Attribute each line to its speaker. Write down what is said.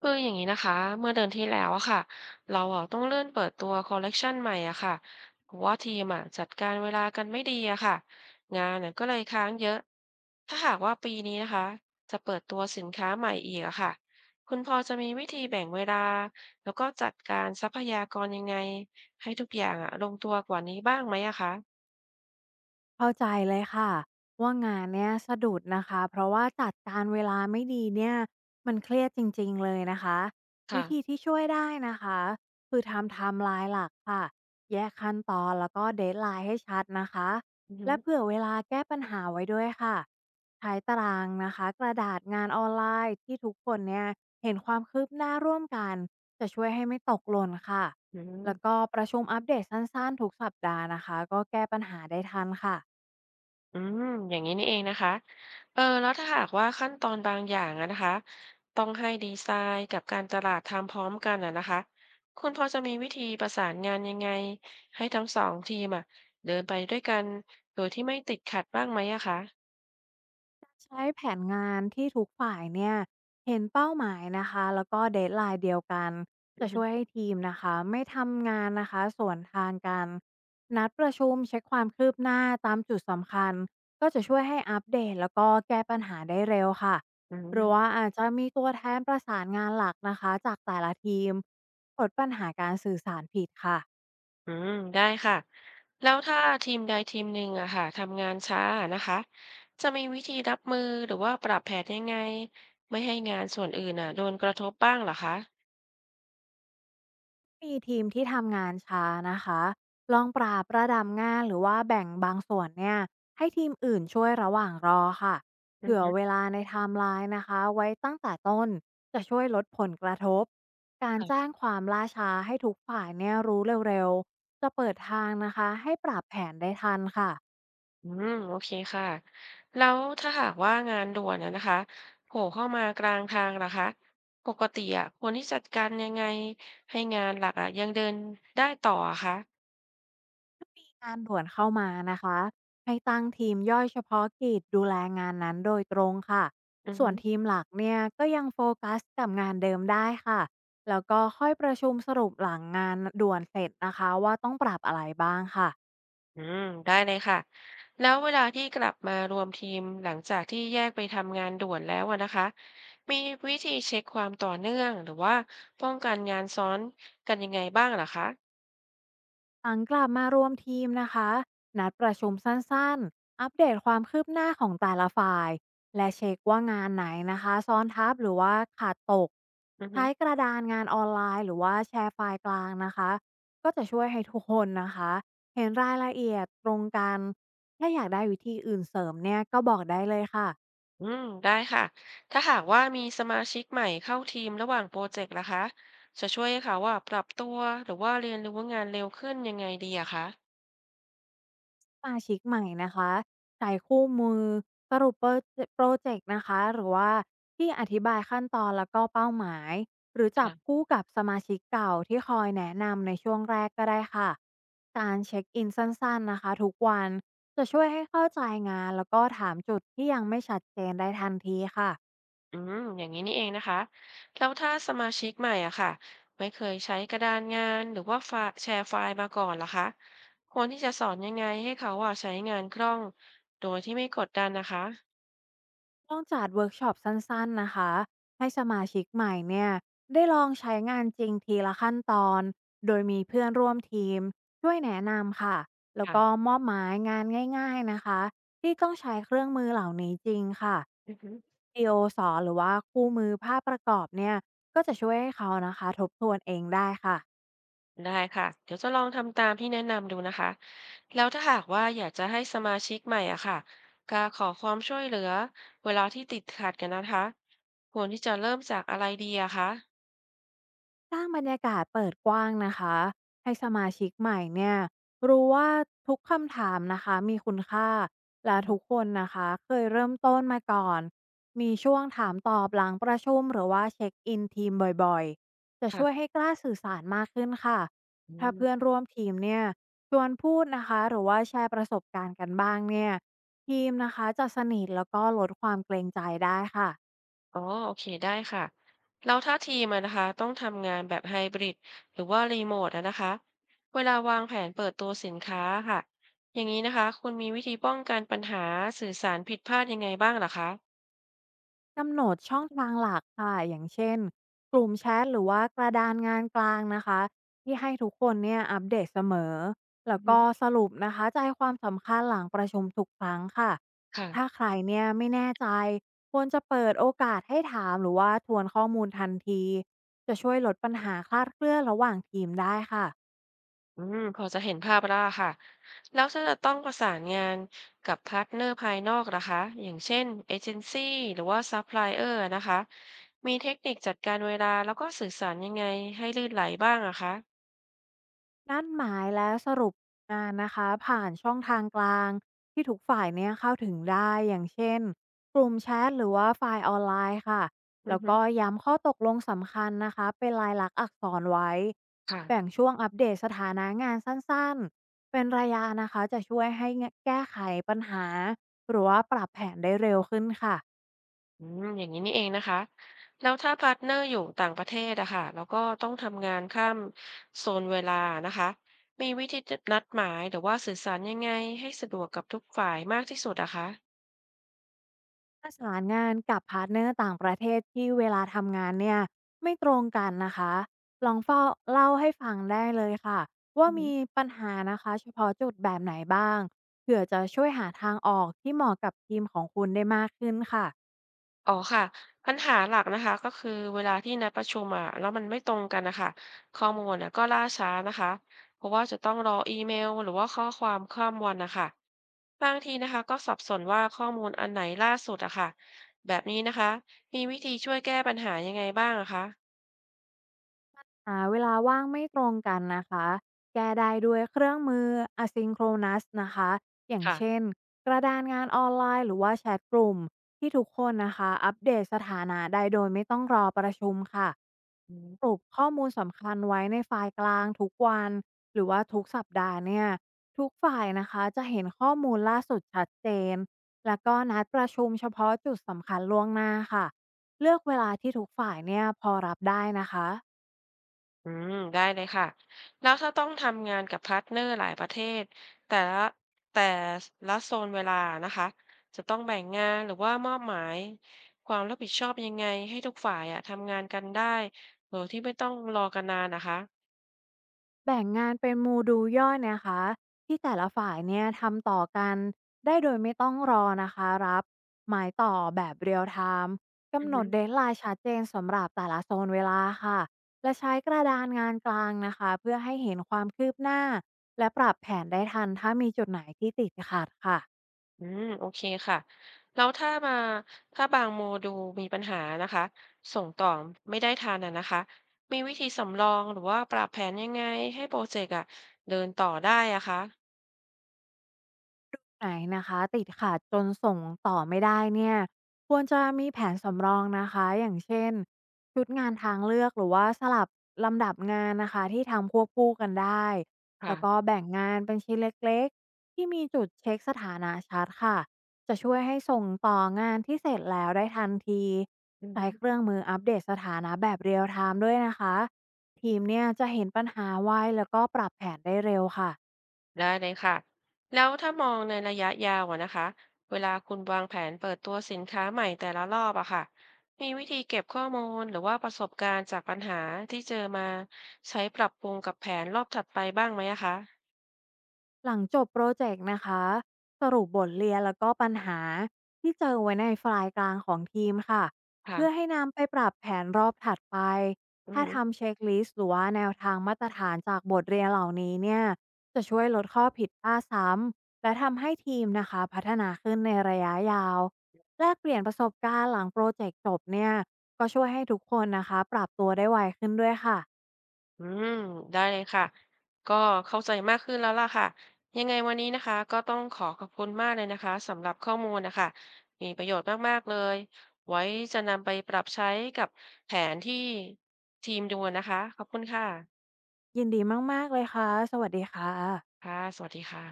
Speaker 1: คืออย่างนี้นะคะเมื่อเดือนที่แล้วอะค่ะเราอะต้องเลื่อนเปิดตัวคอลเลกชันใหม่อะค่ะเพราะว่าทีมอะจัดการเวลากันไม่ดีอะค่ะงานเนี่ยก็เลยค้างเยอะถ้าหากว่าปีนี้นะคะจะเปิดตัวสินค้าใหม่อีกอะค่ะคุณพอจะมีวิธีแบ่งเวลาแล้วก็จัดการทรัพยากรยังไงให้ทุกอย่างอะลงตัวกว่านี้บ้างไหมอะคะ
Speaker 2: เข้าใจเลยค่ะว่างานเนี้ยสะดุดนะคะเพราะว่าจัดการเวลาไม่ดีเนี่ยมันเครียดจริงๆเลยนะคะวิ
Speaker 1: ค่ะ
Speaker 2: ธีที่ช่วยได้นะคะคือทำไทม์ไลน์หลักค่ะแยกขั้นตอนแล้วก็เดทไลน์ให้ชัดนะคะ
Speaker 1: อืมอห
Speaker 2: และเผื่อเวลาแก้ปัญหาไว้ด้วยค่ะใช้ตารางนะคะกระดาษงานออนไลน์ที่ทุกคนเนี่ยเห็นความคืบหน้าร่วมกันจะช่วยให้ไม่ตกหล่นค่ะ
Speaker 1: ื
Speaker 2: แล้
Speaker 1: ม
Speaker 2: วก็ประชุมอัปเดตสั้นๆทุกสัปดาห์นะคะก็แก้ปัญหาได้ทันค่ะ
Speaker 1: อืมอย่างนี้นี่เองนะคะเออแล้วถ้าหากว่าขั้นตอนบางอย่างอะนะคะต้องให้ดีไซน์กับการตลาดทำพร้อมกันอะนะคะคุณพอจะมีวิธีประสานงานยังไงให้ทั้งสองทีมอะเดินไปด้วยกันโดยที่ไม่ติดขัดบ้างไหมอะคะ
Speaker 2: ใช้แผนงานที่ทุกฝ่ายเนี่ยเห็นเป้าหมายนะคะแล้วก็เดทไลน์เดียวกัน
Speaker 1: อื
Speaker 2: จะ
Speaker 1: อ
Speaker 2: ช่วย
Speaker 1: ฮึ
Speaker 2: ให้ทีมนะคะไม่ทำงานนะคะส่วนทางกันนัดประชุมเช็คความคืบหน้าตามจุดสำคัญก็จะช่วยให้อัปเดตแล้วก็แก้ปัญหาได้เร็วค่ะ
Speaker 1: อื
Speaker 2: หรือ
Speaker 1: ม
Speaker 2: ว่าอาจจะมีตัวแทนประสานงานหลักนะคะจากแต่ละทีมลดปัญหาการสื่อสารผิดค่ะ
Speaker 1: อืมได้ค่ะแล้วถ้าทีมใดทีมหนึ่งอะค่ะทำงานช้าอะนะคะจะมีวิธีรับมือหรือว่าปรับแผนยังไงไม่ให้งานส่วนอื่นอะโดนกระทบบ้างเหรอคะ
Speaker 2: มีทีมที่ทำงานช้านะคะลองปรับระดับงานหรือว่าแบ่งบางส่วนเนี่ยให้ทีมอื่นช่วยระหว่างรอค่ะ
Speaker 1: อือ
Speaker 2: เผื่อ
Speaker 1: ฮึ
Speaker 2: เวลาในไทม์ไลน์นะคะไว้ตั้งแต่ต้นจะช่วยลดผลกระทบการ
Speaker 1: ค่ะ
Speaker 2: แจ้งความล่าช้าให้ทุกฝ่ายเนี่ยรู้เร็วๆจะเปิดทางนะคะให้ปรับแผนได้ทันค่ะ
Speaker 1: อืมโอเคค่ะแล้วถ้าหากว่างานด่วนอะนะคะโผล่เข้ามากลางทางล่ะคะปกติอะควรที่จัดการยังไงให้งานหลักอะยังเดินได้ต่ออะคะ
Speaker 2: งานด่วนเข้ามานะคะ ให้ตั้งทีมย่อยเฉพาะกิจดูแลงานนั้นโดยตรงค่ะ
Speaker 1: อือ
Speaker 2: ส่
Speaker 1: ฮึ
Speaker 2: วนทีมหลักเนี่ยก็ยังโฟกัสกับงานเดิมได้ค่ะ แล้วก็ค่อยประชุมสรุปหลังงานด่วนเสร็จนะคะว่าต้องปรับอะไรบ้างค่ะ
Speaker 1: อืมได้เลยค่ะแล้วเวลาที่กลับมารวมทีมหลังจากที่แยกไปทำงานด่วนแล้วอะนะคะมีวิธีเช็คความต่อเนื่องหรือว่าป้องกันงานซ้อนกันยังไงบ้างล่ะคะ
Speaker 2: หลังกลับมารวมทีมนะคะนัดประชุมสั้นๆอัปเดตความคืบหน้าของแต่ละฝ่ายและเช็คว่างานไหนนะคะซ้อนทับหรือว่าขาดตก
Speaker 1: อือฮึ
Speaker 2: ใช้กระดานงานออนไลน์หรือว่าแชร์ไฟล์กลางนะคะก็จะช่วยให้ทุกคนนะคะเห็นรายละเอียดตรงกันถ้าอยากได้วิธีอื่นเสริมเนี่ยก็บอกได้เลยค่ะ
Speaker 1: อืมได้ค่ะถ้าหากว่ามีสมาชิกใหม่เข้าทีมระหว่างโปรเจกต์ล่ะคะจะช่วยให้เขาว่าปรับตัวหรือว่าเรียนรู้งานเร็วขึ้นยังไงดีอะคะ
Speaker 2: สมาชิกใหม่นะคะใช้คู่มือสรุปโปรเจกต์นะคะหรือว่าที่อธิบายขั้นตอนแล้วก็เป้าหมายหรือจับ
Speaker 1: ค่ะ
Speaker 2: คู่กับสมาชิกเก่าที่คอยแนะนำในช่วงแรกก็ได้ค่ะการเช็คอินสั้นๆนะคะทุกวันจะช่วยให้เข้าใจงานแล้วก็ถามจุดที่ยังไม่ชัดเจนได้ทันทีค่ะ
Speaker 1: อืมอย่างนี้นี่เองนะคะแล้วถ้าสมาชิกใหม่อะค่ะไม่เคยใช้กระดานงานหรือว่าไฟล์แชร์ไฟล์มาก่อนล่ะคะควรที่จะสอนยังไงให้เขาว่าใช้งานคล่องโดยที่ไม่กดดันนะคะ
Speaker 2: ลองจัดเวิร์กช็อปสั้นๆนะคะให้สมาชิกใหม่เนี่ยได้ลองใช้งานจริงทีละขั้นตอนโดยมีเพื่อนร่วมทีมช่วยแนะนำค่ะแล้วก็
Speaker 1: ค่ะ
Speaker 2: มอบหมายงานง่ายๆนะคะที่ต้องใช้เครื่องมือเหล่านี้จริงค่ะ
Speaker 1: อือฮึ
Speaker 2: วิดีโอสอนหรือว่าคู่มือภาพประกอบเนี่ยก็จะช่วยให้เขานะคะทบทวนเองได้ค่ะ
Speaker 1: ได้ค่ะเดี๋ยวจะลองทำตามที่แนะนำดูนะคะแล้วถ้าหากว่าอยากจะให้สมาชิกใหม่อ่ะค่ะกล้าขอความช่วยเหลือเวลาที่ติดขัดกันนะคะควรที่จะเริ่มจากอะไรดีอะคะ
Speaker 2: สร้างบรรยากาศเปิดกว้างนะคะให้สมาชิกใหม่เนี่ยรู้ว่าทุกคำถามนะคะมีคุณค่า
Speaker 1: อื
Speaker 2: และ
Speaker 1: อฮึ
Speaker 2: ทุกคนนะคะเคยเริ่มต้นมาก่อนมีช่วงถามตอบหลังประชุมหรือว่าเช็คอินทีมบ่อยๆจะช่วย
Speaker 1: ค่ะ
Speaker 2: ให้กล้าสื่อสารมากขึ้นค่ะ
Speaker 1: อื
Speaker 2: ถ้าเพื่อน
Speaker 1: ม
Speaker 2: ร่วมทีมเนี่ยชวนพูดนะคะหรือว่าแชร์ประสบการณ์กันบ้างเนี่ยทีมนะคะจะสนิทแล้วก็ลดความเกรงใจได้ค่ะ
Speaker 1: อ๋อโอเคได้ค่ะแล้วถ้าทีมอะนะคะต้องทำงานแบบไฮบริดหรือว่ารีโมทอะนะคะเวลาวางแผนเปิดตัวสินค้าค่ะอย่างนี้นะคะคุณมีวิธีป้องกันปัญหาสื่อสารผิดพลาดยังไงบ้างเหรอคะ
Speaker 2: กำหนดช่องทางหลักค่ะอย่างเช่นกลุ่มแชทหรือว่ากระดานงานกลางนะคะที่ให้ทุกคนเนี่ยอัปเดตเสมอแล้
Speaker 1: อื
Speaker 2: ว
Speaker 1: อฮึ
Speaker 2: ก็สรุปนะคะใจความสำคัญหลังประชุมทุกครั้งค่ะถ้า
Speaker 1: ค่ะ
Speaker 2: ใครเนี่ยไม่แน่ใจควรจะเปิดโอกาสให้ถามหรือว่าทวนข้อมูลทันทีจะช่วยลดปัญหาคลาดเคลื่อนระหว่างทีมได้ค่ะ
Speaker 1: อืมพอจะเห็นภาพแล้วอะค่ะแล้วถ้าจะต้องประสานงานกับพาร์ทเนอร์ภายนอกนะคะอย่างเช่นเอเจนซี่หรือว่าซัพพลายเออร์นะคะมีเทคนิคจัดการเวลาแล้วก็สื่อสารยังไงให้ลื่นไหลบ้างอะคะ
Speaker 2: นั่นหมายและสรุปงานนะคะผ่านช่องทางกลางที่ทุกฝ่ายเนี่ยเข้าถึงได้อย่างเช่นกลุ่มแชทหรือว่าไฟล์ออนไลน์ค่ะ
Speaker 1: อือ
Speaker 2: แล้ว
Speaker 1: ฮึ
Speaker 2: ก็ย้ำข้อตกลงสำคัญนะคะเป็นลายลักษณ์อักษรไว้
Speaker 1: ค่ะ
Speaker 2: แบ่งช่วงอัปเดตสถานะงานสั้นๆเป็นระยะนะคะจะช่วยให้แก้ไขปัญหาหรือว่าปรับแผนได้เร็วขึ้นค่ะ
Speaker 1: อืมอย่างนี้นี่เองนะคะแล้วถ้าพาร์ทเนอร์อยู่ต่างประเทศอะค่ะแล้วก็ต้องทำงานข้ามโซนเวลานะคะมีวิธีนัดหมายหรือว่าสื่อสารยังไงให้สะดวกกับทุกฝ่ายมากที่สุดอะคะ
Speaker 2: ประสานงานกับพาร์ตเนอร์ต่างประเทศที่เวลาทำงานเนี่ยไม่ตรงกันนะคะลองเฝ้าเล่าให้ฟังได้เลยค่ะว่ามีปัญหานะคะเฉพาะจุดแบบไหนบ้างเผื่อจะช่วยหาทางออกที่เหมาะกับทีมของคุณได้มากขึ้นค่ะ
Speaker 1: อ๋อค่ะปัญหาหลักนะคะก็คือเวลาที่นัดประชุมอ่ะแล้วมันไม่ตรงกันนะคะข้อมูลอ่ะก็ล่าช้านะคะเพราะว่าจะต้องรออีเมลหรือว่าข้อความข้ามวันนะคะบางทีนะคะก็สับสนว่าข้อมูลอันไหนล่าสุดอะค่ะแบบนี้นะคะมีวิธีช่วยแก้ปัญหายังไงบ้างอะคะ
Speaker 2: หาเวลาว่างไม่ตรงกันนะคะแก้ได้ด้วยเครื่องมือ asynchronous นะคะอย่าง
Speaker 1: ค่ะ
Speaker 2: เช่นกระดานงานออนไลน์หรือว่าแชทกลุ่มที่ทุกคนนะคะอัปเดตสถานะได้โดยไม่ต้องรอประชุมค่ะ
Speaker 1: อื
Speaker 2: สรุ
Speaker 1: ม
Speaker 2: ปข้อมูลสำคัญไว้ในไฟล์กลางทุกวันหรือว่าทุกสัปดาห์เนี่ยทุกฝ่ายนะคะจะเห็นข้อมูลล่าสุดชัดเจนแล้วก็นัดประชุมเฉพาะจุดสำคัญล่วงหน้าค่ะเลือกเวลาที่ทุกฝ่ายเนี่ยพอรับได้นะคะ
Speaker 1: อืมได้เลยค่ะแล้วถ้าต้องทำงานกับพาร์ทเนอร์หลายประเทศแต่ละแต่ละโซนเวลานะคะจะต้องแบ่งงานหรือว่ามอบหมายความรับผิดชอบยังไงให้ทุกฝ่ายอะทำงานกันได้โดยที่ไม่ต้องรอกันนานนะคะ
Speaker 2: แบ่งงานเป็นโมดูลย่อยนะคะที่แต่ละฝ่ายเนี่ยทำต่อกันได้โดยไม่ต้องรอนะคะรับหมายต่อแบบเรียลไทม์
Speaker 1: อื
Speaker 2: กำ
Speaker 1: อ
Speaker 2: หน
Speaker 1: ฮึ
Speaker 2: ดเดดไลน์ชัดเจนสำหรับแต่ละโซนเวลาค่ะและใช้กระดานงานกลางนะคะเพื่อให้เห็นความคืบหน้าและปรับแผนได้ทันถ้ามีจุดไหนที่ติดขัดค่ะ
Speaker 1: อืมโอเคค่ะแล้วถ้าบางโมดูลมีปัญหานะคะส่งต่อไม่ได้ทันอะนะคะมีวิธีสำรองหรือว่าปรับแผนยังไงให้โปรเจกต์อะเดินต่อได้อะคะ
Speaker 2: ไหนนะคะติดขัดจนส่งต่อไม่ได้เนี่ยควรจะมีแผนสำรองนะคะอย่างเช่นชุดงานทางเลือกหรือว่าสลับลำดับงานนะคะที่ทำควบคู่กันได้แล้วก็
Speaker 1: ค่ะ
Speaker 2: แบ่งงานเป็นชิ้นเล็กๆที่มีจุดเช็คสถานะชัดค่ะจะช่วยให้ส่งต่องานที่เสร็จแล้วได้ทันที
Speaker 1: อื
Speaker 2: ใช้เค
Speaker 1: ม
Speaker 2: รื่องมืออัปเดตสถานะแบบเรียลไทม์ด้วยนะคะทีมเนี่ยจะเห็นปัญหาไวแล้วก็ปรับแผนได้เร็วค่ะ
Speaker 1: ได้เลยค่ะแล้วถ้ามองในระยะยาวอะนะคะเวลาคุณวางแผนเปิดตัวสินค้าใหม่แต่ละรอบอะค่ะมีวิธีเก็บข้อมูลหรือว่าประสบการณ์จากปัญหาที่เจอมาใช้ปรับปรุงกับแผนรอบถัดไปบ้างไหมอะคะ
Speaker 2: หลังจบโปรเจกต์นะคะสรุปบทเรียนแล้วก็ปัญหาที่เจอไว้ในไฟล์กลางของทีมค่ะเพื่อ
Speaker 1: ค่ะ
Speaker 2: ให้นำไปปรับแผนรอบถัดไป
Speaker 1: อื
Speaker 2: ถ้า
Speaker 1: ม
Speaker 2: ทำเช็คลิสต์หรือว่าแนวทางมาตรฐานจากบทเรียนเหล่านี้เนี่ยจะช่วยลดข้อผิดพลาดซ้ำและทำให้ทีมนะคะพัฒนาขึ้นในระยะยาวแลกเปลี่ยนประสบการณ์หลังโปรเจกต์จบเนี่ยก็ช่วยให้ทุกคนนะคะปรับตัวได้ไวขึ้นด้วยค่ะ
Speaker 1: อืมได้เลยค่ะก็เข้าใจมากขึ้นแล้วล่ะค่ะยังไงวันนี้นะคะก็ต้องขอขอบคุณมากเลยนะคะสำหรับข้อมูลนะคะมีประโยชน์มากๆเลยไว้จะนำไปปรับใช้กับแผนที่ทีมดูนะคะขอบคุณค่ะ
Speaker 2: ยินดีมากๆเลยค่ะสวัสดีค่ะ
Speaker 1: ค่ะสวัสดีค่ะ